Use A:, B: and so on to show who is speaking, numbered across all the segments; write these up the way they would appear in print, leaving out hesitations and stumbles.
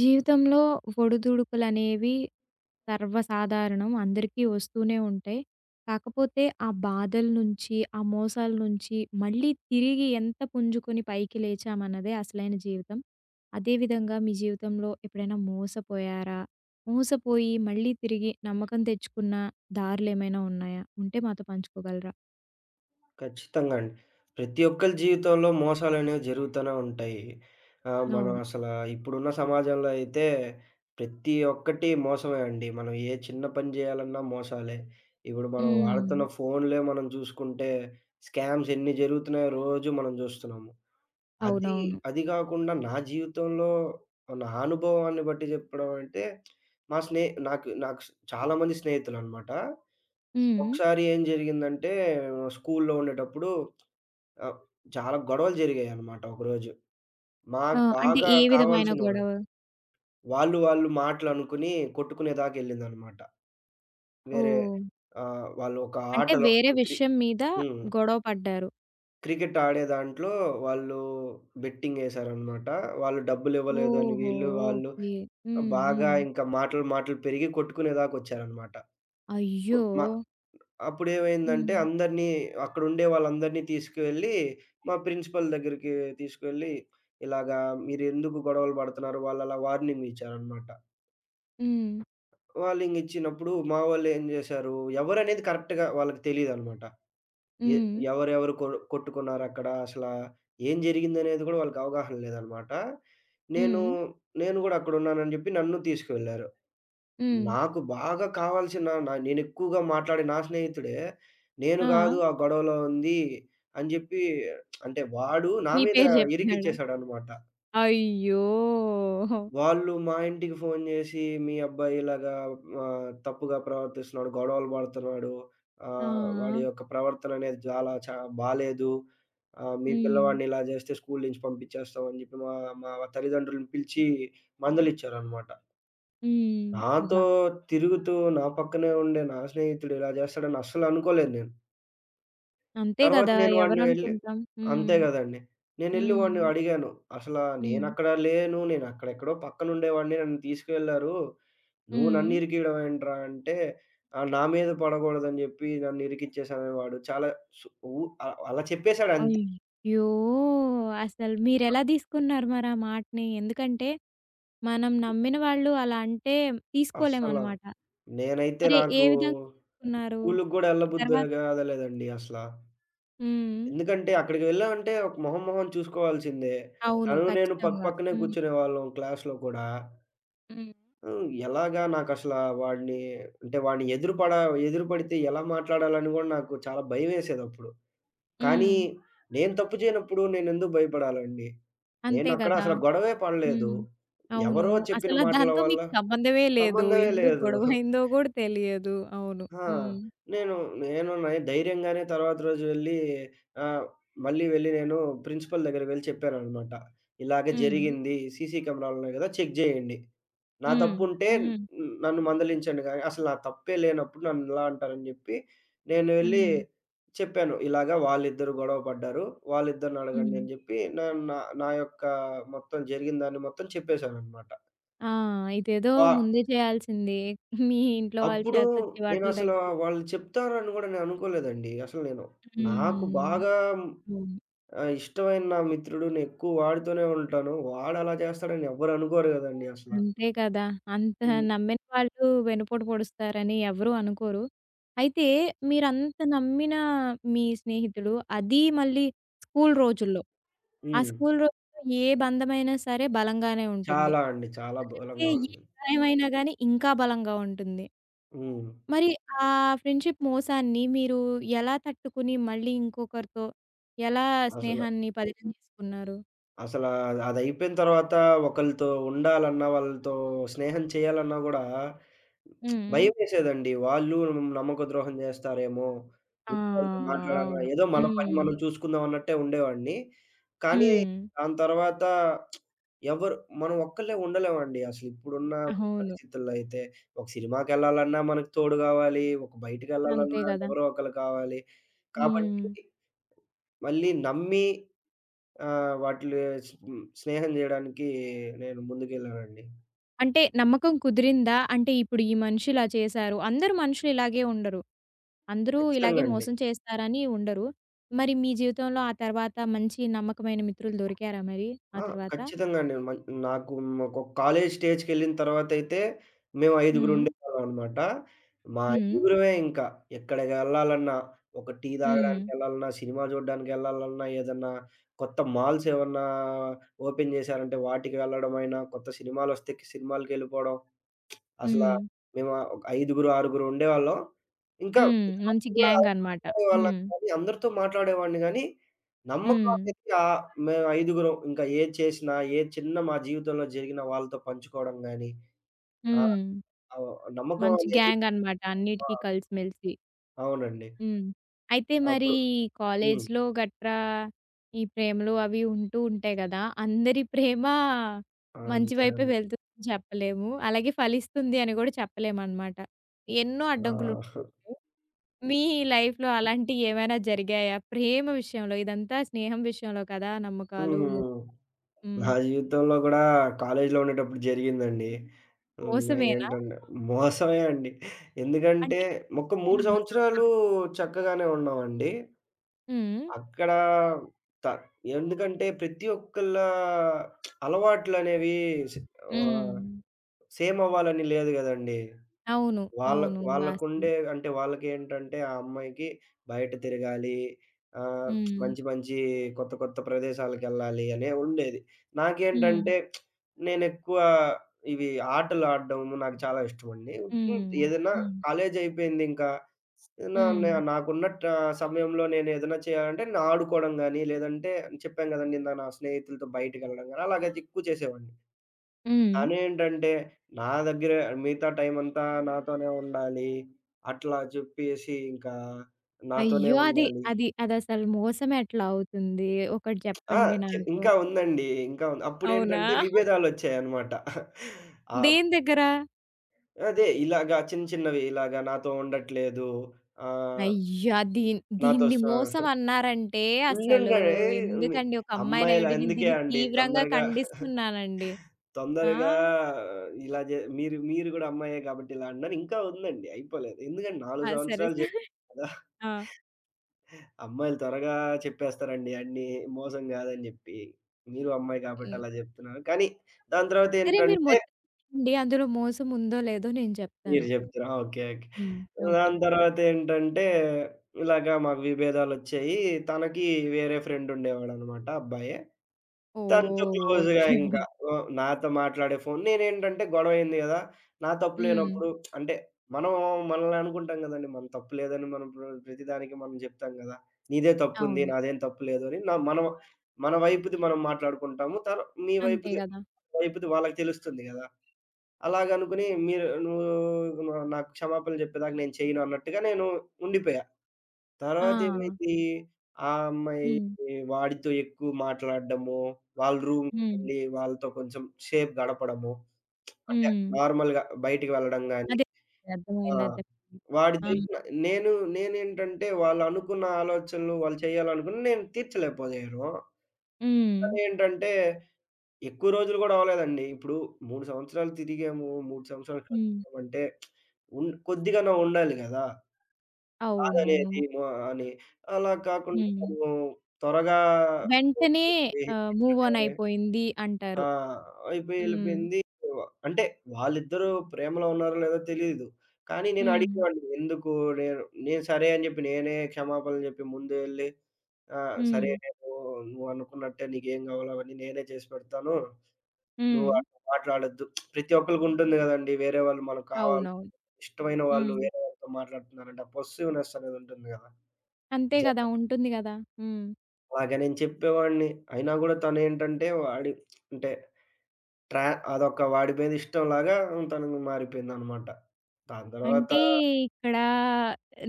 A: జీవితంలో ఒడిదుడుకులనేవి సర్వసాధారణం. అందరికీ వస్తూనే ఉంటాయి. కాకపోతే ఆ బాధల నుంచి, ఆ మోసాల నుంచి మళ్ళీ తిరిగి ఎంత పుంజుకొని పైకి లేచామన్నదే అసలైన జీవితం. అదేవిధంగా మీ జీవితంలో ఎప్పుడైనా మోసపోయారా? మోసపోయి మళ్ళీ తిరిగి నమ్మకం తెచ్చుకున్న దారులేమైనా ఉన్నాయా? ఉంటే మాతో పంచుకోగలరా?
B: ఖచ్చితంగా అండి. ప్రతి ఒక్కరి జీవితంలో మోసాలనేవి జరుగుతూనే ఉంటాయి. ఆహ్, మనం
A: అవును.
B: అసల ఇప్పుడున్న సమాజంలో అయితే ప్రతి ఒక్కటి మోసమే అండి. మనం ఏ చిన్న పని చేయాలన్నా మోసాలే. ఇప్పుడు మనం వాడుతున్న
A: హ్మ్.
B: ఫోన్‌లే మనం చూసుకుంటే స్కామ్స్ ఎన్ని జరుగుతున్నాయో రోజు మనం చూస్తున్నాము. అది
A: అవునవును.
B: అది గాకుండా నా జీవితంలో నా అనుభవాన్ని బట్టి చెప్పడం అంటే మా స్నే నాకు నాకు చాలా మంది స్నేహితులనమాట.
A: హ్మ్.
B: ఒకసారి ఏం జరిగిందంటే స్కూల్లో ఉండేటప్పుడు ఆ! చాలా గొడవలు జరిగాయనమాట ఒకరోజు.
A: ఆ,
B: మాకు
A: అంటే
B: బాగా
A: ఏ విధమైన
B: కావాల్సిన వాడు.
A: గొడవ?
B: వాళ్ళు వాళ్ళు మాటలనుకుని కొట్టుకునేదాకెళ్ళిందనమాట. వేరే
A: ఓహ్!
B: వాళ్ళు ఒక
A: అంటే
B: ఆటలో
A: వేరే
B: క్రి
A: విషయం మీద
B: హ్మ్.
A: గొడవ పడ్డారు.
B: క్రికెట్ ఆడే దాంట్లో వాళ్ళు బెట్టింగేశారనమాట. వాళ్ళు డబ్బులివ్వలేదు అని
A: ఓహో!
B: వీళ్ళు, వాళ్ళు
A: ఓకే. హ్మ్.
B: బాగా
A: హ్మ్.
B: ఇంకా మాటలు మాటలు పెరిగి కొట్టుకునేదాకొచ్చారనమాట. కొ
A: అయ్యో!
B: మా అప్పుడేమైందంటే
A: హ్మ్.
B: అందరినీ అక్కడుండే వాళ్ళందరినీ తీసుకువెళ్ళి మా ప్రిన్సిపల్ దగ్గరికి తీసుకువెళ్ళి, "ఇలాగా మీరెందుకు గొడవలు పడుతున్నారు?" వాళ్ళలా వార్నింగ్ ఇచ్చారనమాట.
A: హ్మ్.
B: వార్నింగ్ ఇచ్చినప్పుడు మా వాళ్ళేం జేశారు, ఎవరనేది కరెక్ట్‌గా వాళ్ళకి తెలీదనమాట. ఎ
A: హ్మ్.
B: ఎవరెవరు కొ కొట్టుకున్నారక్కడ, అసలా ఏం జరిగిందనేది గూడా వాళ్ళకి అవగాహన లేదనమాట. నేను
A: హ్మ్.
B: నేను గూడా అక్కడున్నానని జెప్పి నన్ను తీసుకువెళ్లారు.
A: హ్మ్.
B: నాకు బాగా కావాల్సిన నా నేనెక్కువగా మాట్లాడే నా స్నేహితుడే, నేను
A: ఆ,
B: గాదు ఆ గొడవలో ఉంది అని జెప్పి అంటే వాడు నా
A: మీ
B: మీద
A: పేరు చెప్పాడా?
B: ఇరికిచ్చేసాడనమాట.
A: అయ్యో!
B: వాళ్ళు మా ఇంటికి ఫోను జేసి, "మీ అబ్బాయి ఇలాగా తప్పుగా ప్రవర్తిస్తున్నాడు, గొడవలు పడుతున్నాడు. వాడి
A: ఆ.
B: యొక్క ప్రవర్తన అనేది చాలా బాలేదు. మీ
A: హ్మ్.
B: పిల్లవాడిని ఇలా జేస్తే స్కూలు నుంచి పంపించేస్తాం" అని జెప్పి మా మా తల్లిదండ్రులను పిలిచి మందలిచ్చారనమాట.
A: హ్మ్.
B: నాతో
A: అబ్బా!
B: తిరుగుతూ, నా పక్కనే ఉండే నా స్నేహితుడు ఇలా జేస్తాడని అస్సలనుకోలేదు నేను.
A: అంతే
B: తర్వాత
A: గదా!
B: నేను వాడిని వెళ్లి
A: ఎవరనుకుంటాం. హ్మ్.
B: అంతే గదండీ. నేనెళ్లి వాడిని
A: హ్మ్.
B: అడిగాను. "అసలా
A: హ్మ్.
B: నేనక్కడ లేను. నేనక్కడెక్కడో పక్కనుండేవాడిని. నన్ను తీసుకెళ్లారు. నువ్వు
A: హ్మ్.
B: నన్ను ఇరికియడం ఏంట్రా" అంటే, నా మీద పడగూడదని జెప్పి నన్ను ఇరికిచ్చేసాడని వాడు. చాలా సు ఊ అ అలా చెప్పేసాడంతే.
A: అయ్యో! అసలు మీరెలా తీసుకున్నారు మరి ఆ మాటని? ఎందుకంటే మనం నమ్మిన వాళ్ళు అలా అంటే
B: అస్సల
A: తీసుకోలేమనమాట.
B: నేనైతే
A: మరి ఏ
B: నాకు
A: విధంగా తీసుకున్నారు?
B: స్కూలుకి గూడా
A: ఆ
B: ఎళ్ళబుద్దే
A: తర్వాత
B: గాదలేదండి అసల.
A: హ్మ్.
B: ఎందుకంటే అక్కడికి వెళ్ళామంటే ఒక మొహం మొహం చూసుకోవాల్సిందే.
A: అవును.
B: తను నేను పక్క
A: ఖచ్చితంగా.
B: పక్కనే
A: హ్మ్.
B: కూర్చునేవాళ్ళం క్లాస్‌లో కూడా.
A: హ్మ్.
B: హ్మ్. ఎలాగా నాకసల వాడిని అంటే వాడిని ఎదురు పడ ఎదురు పడితే ఎలా మాట్లాడాలని గూడా నాకు చాలా భయమేసేదప్పుడు.
A: హ్మ్.
B: కానీ నేను తప్పు చేయనప్పుడు నేనెందుకు భయపడాలండి?
A: అంతే
B: నేనక్కడ
A: గదా!
B: అసల గొడవే పడలేదు.
A: హ్మ్. అవును.
B: ఎవరో చెప్పిన
A: అసల
B: మాటల
A: దాంతో
B: వల్ల
A: మీకు సంబంధమే లేదు.
B: సంబంధమే
A: ఎందుకు
B: లేదు.
A: గొడవయిందో గూడా తెలియదు. అవును.
B: ఆ!
A: హ్మ్.
B: నేను నేను నై ధైర్యంగానే తర్వాత రోజు వెళ్ళి ఆహ్, మళ్ళీ వెళ్ళి నేను ప్రిన్సిపల్ దగ్గరికి వెళ్ళి చెప్పాననమాట. ఇలాగ
A: హ్మ్.
B: జరిగింది. సీసీ కెమెరాలున్నాయి గదా! చెక్ జేయండి. నా
A: హ్మ్.
B: తప్పుంటే
A: హ్మ్.
B: నన్ను మందలించండి గానీ, అసలు నా తప్పే లేనప్పుడు నన్నిలా అంటారని జెప్పి, నేను వెళ్ళి
A: హ్మ్.
B: చెప్పాను. ఇలాగ వాళ్ళిద్దరు గొడవ పడ్డారు. వాళ్ళిద్దరిని అడగండి
A: హ్మ్.
B: అని జెప్పి, నేను నా నా యొక్క మొత్తం జరిగిన దాన్ని మొత్తం చెప్పేశాననమాట.
A: ఆ, ఇదేదో
B: వా
A: ముందే చేయాల్సింది. మీ ఇంట్లో వాళ్ళ
B: అప్పుడు
A: చేత చివాట్లు
B: నేనసల
A: తగ్గి.
B: వాళ్ళు చెప్తారని గూడా నేననుకోలేదండి. అసలు నేను నాకు
A: హ్మ్.
B: బాగా
A: అవును.
B: ఇష్టమైన నా మిత్రుడు. నేనెక్కువ వాడితోనే ఉంటాను. వాడలా చేస్తాడని ఎవ్వరు అనుకోరు గదండీ అసల.
A: అంతే కదా! అంత
B: హ్మ్.
A: నమ్మిన వాళ్ళు వెనుపోటు పొడుస్తారని ఎవరూ అనుకోరు. అయితే మీరంత నమ్మిన మీ స్నేహితులు అది మళ్ళీ స్కూల్ రోజుల్లో. ఆ
B: హ్మ్.
A: స్కూల్ రోజుల్లో ఏ బంధమైనా సరే బలంగానే ఉంటుంది.
B: చాలా అండి. చాలా
A: ఏ
B: బలంగా
A: ఏ
B: ఉంది.
A: గాయమైనా గానీ ఇంకా బలంగా ఉంటుంది.
B: హ్మ్.
A: మరి ఆ ఫ్రెండ్‌షిప్ మోసాన్ని మీరు ఎలా తట్టుకుని మళ్ళీ ఇంకొకరితో ఎలా
B: అసల
A: స్నేహాన్ని పదిలం చేసుకున్నారు?
B: అసల అదయిపోయిన తర్వాత ఒకళ్ళతో ఉండాలన్నా, వాళ్ళతో స్నేహం చేయాలన్నా గూడా
A: హ్మ్.
B: భయమేసేదండి. వాళ్ళు నమ్మక ద్రోహం జేస్తారేమో!
A: ఆ.
B: వాళ్ళతో మాట్లాడాలా
A: అవును.
B: ఏదో మన పని
A: హ్మ్.
B: మనం చూసుకుందాం అన్నట్టే ఉండేవాడిని. కానీ
A: హ్మ్.
B: దాని తర్వాత ఎవరు మనం ఒక్కళ్ళే ఉండలేమండి. అసలు ఇప్పుడున్న
A: అవును.
B: పరిస్థితుల్లో అయితే ఒక సినిమాకెళ్ళాలన్నా మనకు తోడు గావాలి. ఒక
A: అంతే
B: బయటికెళ్ళాలన్నా
A: గదా!
B: ఎవరో ఒకళ్ళు కావాలి.
A: హ్మ్.
B: కాబట్టి మళ్ళీ నమ్మి వాటిలో స్ స్నేహం జేయడానికి నేను ముందుకెళ్ళానండి.
A: అంటే నమ్మకం కుదిరిందా? అంటే ఇప్పుడు ఈ మనిషి ఇలా చేశారు. అందరూ మనుషులు ఇలాగే ఉండరు. అందరూ ఇలాగే
B: ఖచ్చితంగా అండి.
A: మోసం చేస్తారని ఉండరు. మరి మీ జీవితంలో ఆ తర్వాత మంచి నమ్మకమైన మిత్రులు దొరికారా మరి ఆ
B: ఆ!
A: తర్వాత?
B: ఖచ్చితంగా అండి. నాకు ఒక కాలేజీ స్టేజ్‌కెళ్ళిన తర్వాతయితే మేము
A: హ్మ్.
B: ఐదుగురుండేవాళ్ళం అనమాట. మా
A: హ్మ్.
B: ఐదుగురమే ఇంకా ఎక్కడికెళ్ళాలన్నా, ఒక టీ
A: హ్మ్.
B: తాగడానికెళ్ళాలన్నా, సినిమా చూడ్డానికెళ్ళాలన్నా, ఏదన్నా కొత్త మాల్స్ ఏమన్నా ఓపెన్ చేశారంటే వాటికి వెళ్ళడమైనా, కొత్త సినిమాలొస్తే సినిమాలకెళ్ళిపోవడం. అసలా
A: హ్మ్.
B: మేము ఒక ఐదుగురు, ఆరుగురు ఉండేవాళ్ళం. ఇంకా
A: హ్మ్. మంచి
B: మిగతావాళ్ళతో గూడా
A: గ్యాంగ్ అన్నమాట.
B: మాట్లాడేవాళ్ళం
A: హ్మ్.
B: కానీ, అందరితో మాట్లాడేవాడిని గానీ, నమ్మకం
A: హ్మ్.
B: అనేది ఆహ్, మేము ఐదుగురం. ఇంకా ఏది చేసినా, ఏ చిన్న మా జీవితంలో జరిగినా వాళ్ళతో పంచుకోవడం గానీ, ఆ!
A: హ్మ్.
B: నమ్మకం
A: మంచి
B: అనేది
A: గ్యాంగ్ అన్నమాట.
B: ఆ!
A: అన్నిటికి కలిసిమెలిసి.
B: అవునండి.
A: హ్మ్. అయితే మరి
B: అప్పుడు హ్మ్.
A: కాలేజ్‌లో గట్రా ఈ ప్రేమలు అవి ఉంటూ ఉంటాయి గదా! అందరి ప్రేమ మంచి
B: అంతే
A: వైపే
B: అండి.
A: వెళ్తుందని చెప్పలేము. అలాగే ఫలిస్తుంది అని గూడా చెప్పలేమనమాట. ఎన్నో అడ్డంకులు
B: ఆ!
A: ఉంటూ ఉంటాయి. మీ లైఫ్‌లో అలాంటియి ఏమైనా జరిగాయా? ప్రేమ విషయంలో ఇదంతా స్నేహం విషయంలో కదా! నమ్మకాలు మో
B: హ్మ్.
A: హ్మ్.
B: నా జీవితంలో గూడా కాలేజీలో ఉండేటప్పుడు జరిగిందండి. హ్మ్.
A: మోసమేనా?
B: ఏంటంటే మోసమే అండి. ఎందుకంటే
A: అంటే
B: ఒక 3
A: ఏమైనా మోసమా?
B: సంవత్సరాలు చక్కగానే ఉన్నామండి.
A: హ్మ్.
B: అక్కడ త ఎందుకంటే ప్రతి ఒక్కళ్ళ అలవాట్లనేవి సే
A: హ్మ్.
B: ఆహ్, సేమ్ అవ్వాలని లేదు గదండీ!
A: అవును.
B: వాళ్ళ
A: అవును. వాస్తవం.
B: వాళ్ళకుండే అంటే వాళ్ళకేంటంటే ఆ అమ్మాయికి బయట తిరగాలి. ఆహ్,
A: హ్మ్.
B: మంచి మంచి కొత్త కొత్త ప్రదేశాలకెళ్ళాలి అనే ఉండేది.
A: హ్మ్.
B: నాకేంటంటే నేనెక్కువ ఇవి ఆటలు ఆడడము నాకు చాలా ఇష్టమండి. హ్మ్.
A: హ్మ్.
B: ఏదైనా
A: హ్మ్.
B: కాలేజీ అయిపోయిందింకా. నా
A: హ్మ్.
B: నే నాకున్న సమయంలో నేనేదైనా చేయాలంటే నేను ఆడుకోవడం గాని, లేదంటే చెప్పాను గదండీ! ఇందాక నా స్నేహితులతో బయటికెళ్ళడం గాని అలాగే ఎక్కువ చేసేవాడిని.
A: హ్మ్.
B: తనేంటంటే, నా దగ్గరే మిగతా టైమంతా నాతోనే ఉండాలి. అట్లా చెప్పేసి ఇంకా
A: అయ్యో!
B: నాతోనే
A: అది
B: ఉండాలి.
A: అది అదసలు మోసం ఎట్లా అవుతుంది? ఒకటి
B: ఆ!
A: చెప్పండి నాకు?
B: ఇంకా ఉందండి. ఇంకా ఉంది.
A: అవునా?
B: అప్పుడేంటంటే విభేదాలొచ్చాయనమాట. ఆహ్,
A: దేని దగ్గర?
B: అదే ఇలాగా చిన్న చిన్నవి ఇలాగా నాతో ఉండట్లేదు. ఆహ్,
A: అయ్యా! దీన్
B: నాతో
A: దీన్ని
B: స
A: మోసం అన్నారంటే అసలు
B: ఉండుండే మీ
A: ఎందుకండి? ఒక
B: అమ్మాయిలు
A: అమ్మాయినయ్యుండి నేను
B: అందుకే
A: దీన్ని
B: అండి
A: తీవ్రంగా
B: తొందరగా
A: ఖండిస్తున్నానండి. ఆ!
B: తొందరగా ఇలా జె మీరు మీరు గూడా అమ్మాయే కాబట్టి ఇలా అన్నారు. ఇంకా ఉందండి అయిపోలేదు. ఎందుకంటే
A: ఆ,
B: 4
A: సరే.
B: సంవత్సరాలు
A: సరే.
B: కదా!
A: ఆ.
B: అమ్మాయిలు త్వరగా చెప్పేస్తారండి అన్నీ. మోసం గాదని జెప్పి. మీరు అమ్మాయి కాబట్టి
A: హ్మ్.
B: అలా జెప్తున్నారు. కానీ దాని తర్వాత
A: సరే మీరు
B: ఏంటంటే
A: మొత్తం చెప్పండి. అందులో మోసం ఉందో లేదో నేను
B: మీరు
A: చెప్తాను.
B: జెప్తున్నారు. ఆ! ఓకే. ఓకే.
A: హ్మ్. ఓకే.
B: దాని తర్వాత ఏంటంటే ఇలాగ మాకు విభేదాలొచ్చాయి. తనకి వేరే ఫ్రెండ్ ఉండేవాడనమాట అబ్బాయే. తనతో
A: ఓహ్!
B: క్లోజ్‌గా
A: ఓకే.
B: ఇంకా ఓహ్, నాతో మాట్లాడే ఫోను. నేనేంటంటే గొడవయింది గదా! నా తప్పు
A: హ్మ్.
B: లేనప్పుడు అంటే మనం మనల్ని అనుకుంటాం గదండీ. మన తప్పు లేదని మనం ప్రతిదానికి మనం జెప్తాం గదా! నీదే తప్పుంది.
A: అవును.
B: నాదేం తప్పు లేదు అని. మనం మన వైపుది మనం మాట్లాడుకుంటాము. మీ
A: అంతే
B: వైపుది
A: గదా!
B: వైపుది వాళ్ళకి తెలుస్తుంది గదా! అలాగనుకుని నువ్వు నాకు క్షమాపణలు జెప్పేదాకా నేను చేయను అన్నట్టుగా నేను ఉండిపోయా.
A: ఆ.
B: తర్వాత ఏమైంది, ఆ అమ్మాయి
A: హ్మ్.
B: వాడితో ఎక్కువ మాట్లాడడము, వాళ్ళ
A: హ్మ్.
B: రూమ్‌కెళ్ళి వాళ్ళతో కొంచెం సేపు గడపడము. అంటే
A: హ్మ్.
B: నార్మల్‌గా బయటికి వెళ్ళడం గాని
A: అదే.
B: ఆ!
A: అర్థమైంది. అర్థమైంది. ఆ.
B: వాడితో ఇంక నేను నేనేంటంటే వాళ్ళనుకున్న ఆలోచనలు వాళ్ళు చేయాలనుకున్నయి నేను తీర్చలేకపోయాను.
A: హ్మ్.
B: కానేంటంటే ఎక్కువ రోజులు గూడా అవ్వలేదండి. ఇప్పుడు 3 సంవత్సరాలు తిరిగాము, 3 సంవత్సరాలు
A: హ్మ్.
B: కలుసుకున్నామంటే కొద్దిగన్నా ఉండాలి గదా!
A: అవును.
B: బాధనేది మ అని. అలా కాకుండా
A: హ్మ్.
B: తను త్వరగా
A: వెంటనే ఆహ్, మూవ్ ఆన్ అయిపోయింది
B: ఆ!
A: అంటారు.
B: అయిపోయి
A: హ్మ్.
B: ఎళ్ళిపోయింది. అంటే వాళ్ళిద్దరూ ప్రేమలో ఉన్నారో లేదో తెలీదు. కానీ
A: హ్మ్.
B: నేనడిగేవాడిని. ఎందుకు నేను నేను సరే అని జెప్పి నేనే క్షమాపణలు జెప్పి ముందే ఎళ్లి ఆ!
A: హ్మ్.
B: సరే నేను నువ్వనుకున్నట్టే నీకేం గావాలో అవన్నీ నేనే చేసి పెడతాను. నువ్వు
A: హ్మ్.
B: అట్లా మాట్లాడొద్దు. ప్రతి ఒక్కళ్ళకుంటుంది గదండీ. వేరే వాళ్ళు మనకు కావాలి
A: అవునవును.
B: ఇష్టమైన వాళ్ళు
A: హ్మ్.
B: వేరే వాళ్ళతో మాట్లాడుతున్నారంటే ఆ పొస్సివ్‌నెస్ అనేదుంటుంది గదా!
A: అంతే
B: జ
A: గదా! ఉంటుంది గదా! హ్మ్.
B: అలాగా నేను చెప్పేవాడిని. అయినా గూడా తనేంటంటే వాడి అంటే ట్రా అదొక వాడి మీద ఇష్టంలాగా తను మారిపోయిందనమాట. దాని తర్వాత
A: అంటే ఇక్కడ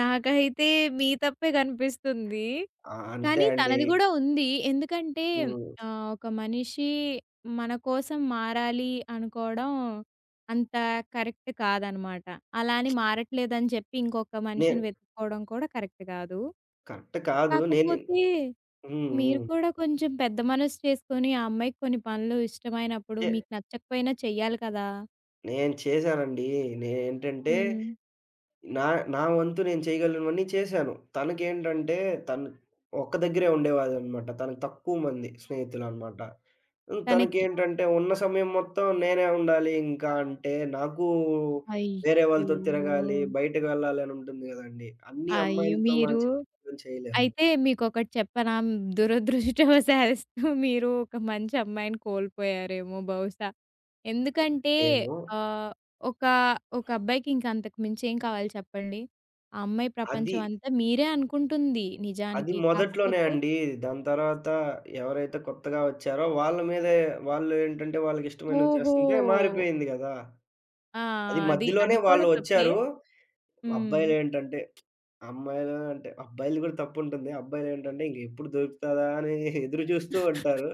A: నాకైతే మీ తప్పే కనిపిస్తుంది.
B: ఆ! అంతే
A: కానీ
B: అండి.
A: తనది గూడా ఉంది. ఎందుకంటే
B: హ్మ్.
A: ఆహ్, ఒక మనిషి మన కోసం మారాలి అనుకోవడం అంత కరెక్ట్ కాదనమాట. అలా అని మారట్లేదని చెప్పి ఇంకొక మనిషిని
B: నేను
A: వెతుక్కోవడం కూడా కరెక్ట్ కాదు.
B: కరెక్ట్ కాదు. నేను
A: కాకపోతే
B: హ్మ్.
A: మీరు
B: హ్మ్.
A: కూడా కొంచెం పెద్ద మనసు చేసుకొని ఆ అమ్మాయికి కొన్ని పనులు ఇష్టమైనప్పుడు
B: చే
A: మీకు నచ్చకపోయినా చెయ్యాలి కదా!
B: నేను చేశానండి. నేనేంటంటే
A: హ్మ్.
B: నా నా వంతు నేను చేయగలనివన్నీ చేశాను. తనకేంటంటే తను ఒక్క దగ్గరే ఉండేవాడనమాట. తనకు తక్కువ మంది స్నేహితులనమాట. హ్మ్.
A: తనకి.
B: తనకేంటంటే ఉన్న సమయం మొత్తం నేనే ఉండాలి ఇంకా అంటే నాకు వేరే
A: అయ్యో!
B: వాళ్ళతో తిరగాలి, బయటకి వెళ్ళాలి అని ఉంటుంది గదండీ. అన్ని
A: అయ్యో!
B: అమ్మాయిలతో మనం
A: మీరు
B: చెప్పినట్టు చేయలేము.
A: అయితే మీకొకటి చెప్పనా? దురదృష్టవశాస్తు మీరు ఒక మంచి అమ్మాయిని కోల్పోయారేమో బహుశా. ఎందుకంటే
B: ఏమో
A: ఆహ్, ఒక, ఒక అబ్బాయికి ఇంక అంతకు మించి ఏం కావాలి చెప్పండి? ఆ అమ్మాయి
B: అది
A: ప్రపంచం అంతా మీరే అనుకుంటుంది
B: అది
A: నిజానికి.
B: మొదట్లోనే
A: కాకపోతే
B: అండి. దాని తర్వాత ఎవరైతే కొత్తగా వచ్చారో వాళ్ళ మీదే వాళ్ళు ఏంటంటే వాళ్ళకి ఇష్టమైనవి
A: ఓహో!
B: చేస్తుంటే మారిపోయింది గదా!
A: ఆ!
B: అది
A: అది అది
B: మధ్యలోనే
A: కూడా
B: వాళ్ళు
A: తప్పే.
B: వచ్చారు.
A: హ్మ్.
B: అబ్బాయిలేంటంటే అమ్మాయిలు అంటే అబ్బాయిలు గూడా తప్పుంటుంది. అబ్బాయిలేంటంటే ఇంకెప్పుడు దొరుకుతదా అని ఎదురు జూస్తూ ఉంటారు.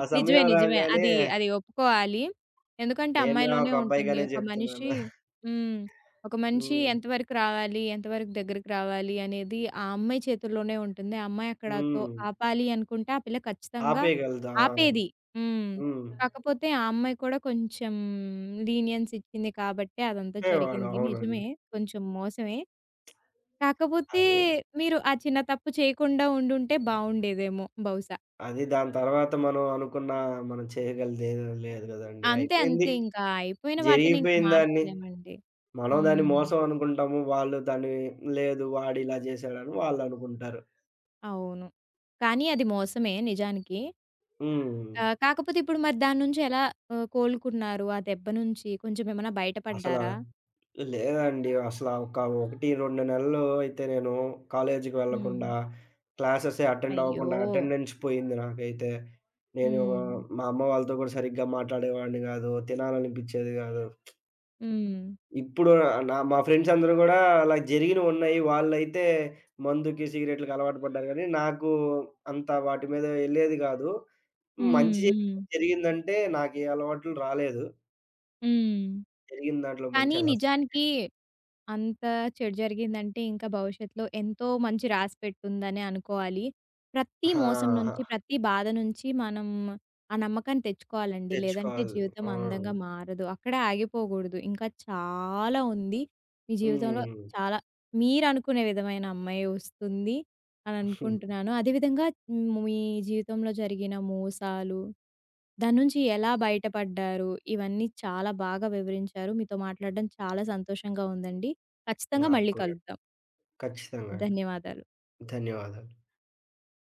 B: ఆ
A: నిజమే.
B: సమయం
A: నిజమే.
B: రాంగానే
A: అది ఒప్పుకోవాలి. ఎందుకంటే
B: నేను
A: అమ్మాయిలోనే
B: ఒక
A: ఉంటుంది.
B: అబ్బాయిగానే
A: ఒక మనిషి
B: జెప్తున్నాను.
A: హ్మ్. ఒక మనిషి
B: హ్మ్.
A: ఎంతవరకు రావాలి, ఎంతవరకు దగ్గరికి రావాలి అనేది ఆ అమ్మాయి చేతుల్లోనే ఉంటుంది. ఆ అమ్మాయి అక్కడ తో
B: హ్మ్.
A: ఆపాలి అనుకుంటే ఆ పిల్ల ఖచ్చితంగా
B: ఆపేయగలదా?
A: ఆపేది. హ్మ్.
B: హ్మ్.
A: కాకపోతే ఆ అమ్మాయి కూడా కొంచెం లీనియన్స్ ఇచ్చింది కాబట్టే అదంతా
B: చెప్పేవాడు.
A: జరిగింది.
B: అవునండి.
A: నిజమే. కొంచెం మోసమే. కాకపోతే
B: అదే.
A: మీరు ఆ చిన్న తప్పు చేయకుండా ఉండుంటే బావుండేదేమో బహుశా.
B: అది దాని తర్వాత మనం అనుకున్న మనం చేయగలిదేది లేదు గదండీ.
A: అంతే.
B: అయిపోయింది.
A: అంతే. ఇంకా అయిపోయిన వాటిని ఇంక
B: జరిగిపోయిందాన్ని.
A: మార్చలేమండి.
B: మనం దాన్ని
A: హ్మ్.
B: మోసం అనుకుంటాము. వాళ్ళు దాన్ని లేదు వాడిలా జేశాడని వాళ్ళనుకుంటారు.
A: అవును. కానీ అది మోసమే నిజానికి.
B: హ్మ్.
A: ఆహ్, కాకపోతే ఇప్పుడు మరి దాని నుంచి ఎలా ఆహ్, కోలుకున్నారు? ఆ దెబ్బ నుంచి కొంచెం ఏమైనా
B: అసలా
A: బయటపడ్డారా?
B: లేదండి. అసలా ఒక 1, 2 నెలలు అయితే నేను కాలేజీకి
A: హ్మ్.
B: వెళ్ళకుండా, క్లాసెసే అటెండ్
A: అయ్యో!
B: అవ్వకుండా అటెండెన్స్ పోయింది నాకైతే. నేను
A: హ్మ్.
B: మా అమ్మ వాళ్ళతో కూడా సరిగ్గా మాట్లాడేవాడిని గాదు. తినాలనిపిచ్చేది గాదు.
A: హ్మ్.
B: ఇప్పుడు మా ఫ్రెండ్స్ అందరూ గూడా అలా జరిగినవున్నాయి. వాళ్ళైతే మందుకి, సిగరెట్‌లకి అలవాటు పడ్డారు గానీ, నాకు అంత వాటి మీద యెళ్ళేది గాదు.
A: హ్మ్.
B: మంచి
A: హ్మ్.
B: జరిగిందంటే నాకే అలవాట్లు రాలేదు.
A: హ్మ్.
B: జరిగిన దాంట్లో మంచి
A: కానీ నిజానికి అంత చెడు జరిగిందంటే ఇంకా భవిష్యత్తులో ఎంతో మంచి రాసి పెట్టుందనే అనుకోవాలి. ప్రతి మోసం నుంచి,
B: ఆ!
A: ప్రతి బాధ నుంచి మనం ఆ నమ్మకాన్ని తెచ్చుకోవాలండి. లేదంటే
B: తెచ్చుకోవాలి.
A: జీవితం
B: ఆ!
A: అందంగా మారదు. అక్కడే ఆగిపోకూడదు. ఇంకా చాలా ఉంది. మీ జీవితంలో
B: హ్మ్.
A: చాలా మీరనుకునే విధమైన అమ్మాయి వస్తుంది అని అనుకుంటున్నాను. అదే విధంగా హ్మ్, మీ జీవితంలో జరిగిన మోసాలు, దాని నుంచి ఎలా బయటపడ్డారు? ఇవన్నీ చాలా బాగా వివరించారు. మీతో మాట్లాడడం చాలా సంతోషంగా ఉందండి. ఖచ్చితంగా
B: నాకు
A: మళ్ళీ
B: కూడా.
A: కలుద్దాం.
B: ఖచ్చితంగా అండి.
A: ధన్యవాదాలు.
B: ధన్యవాదాలు.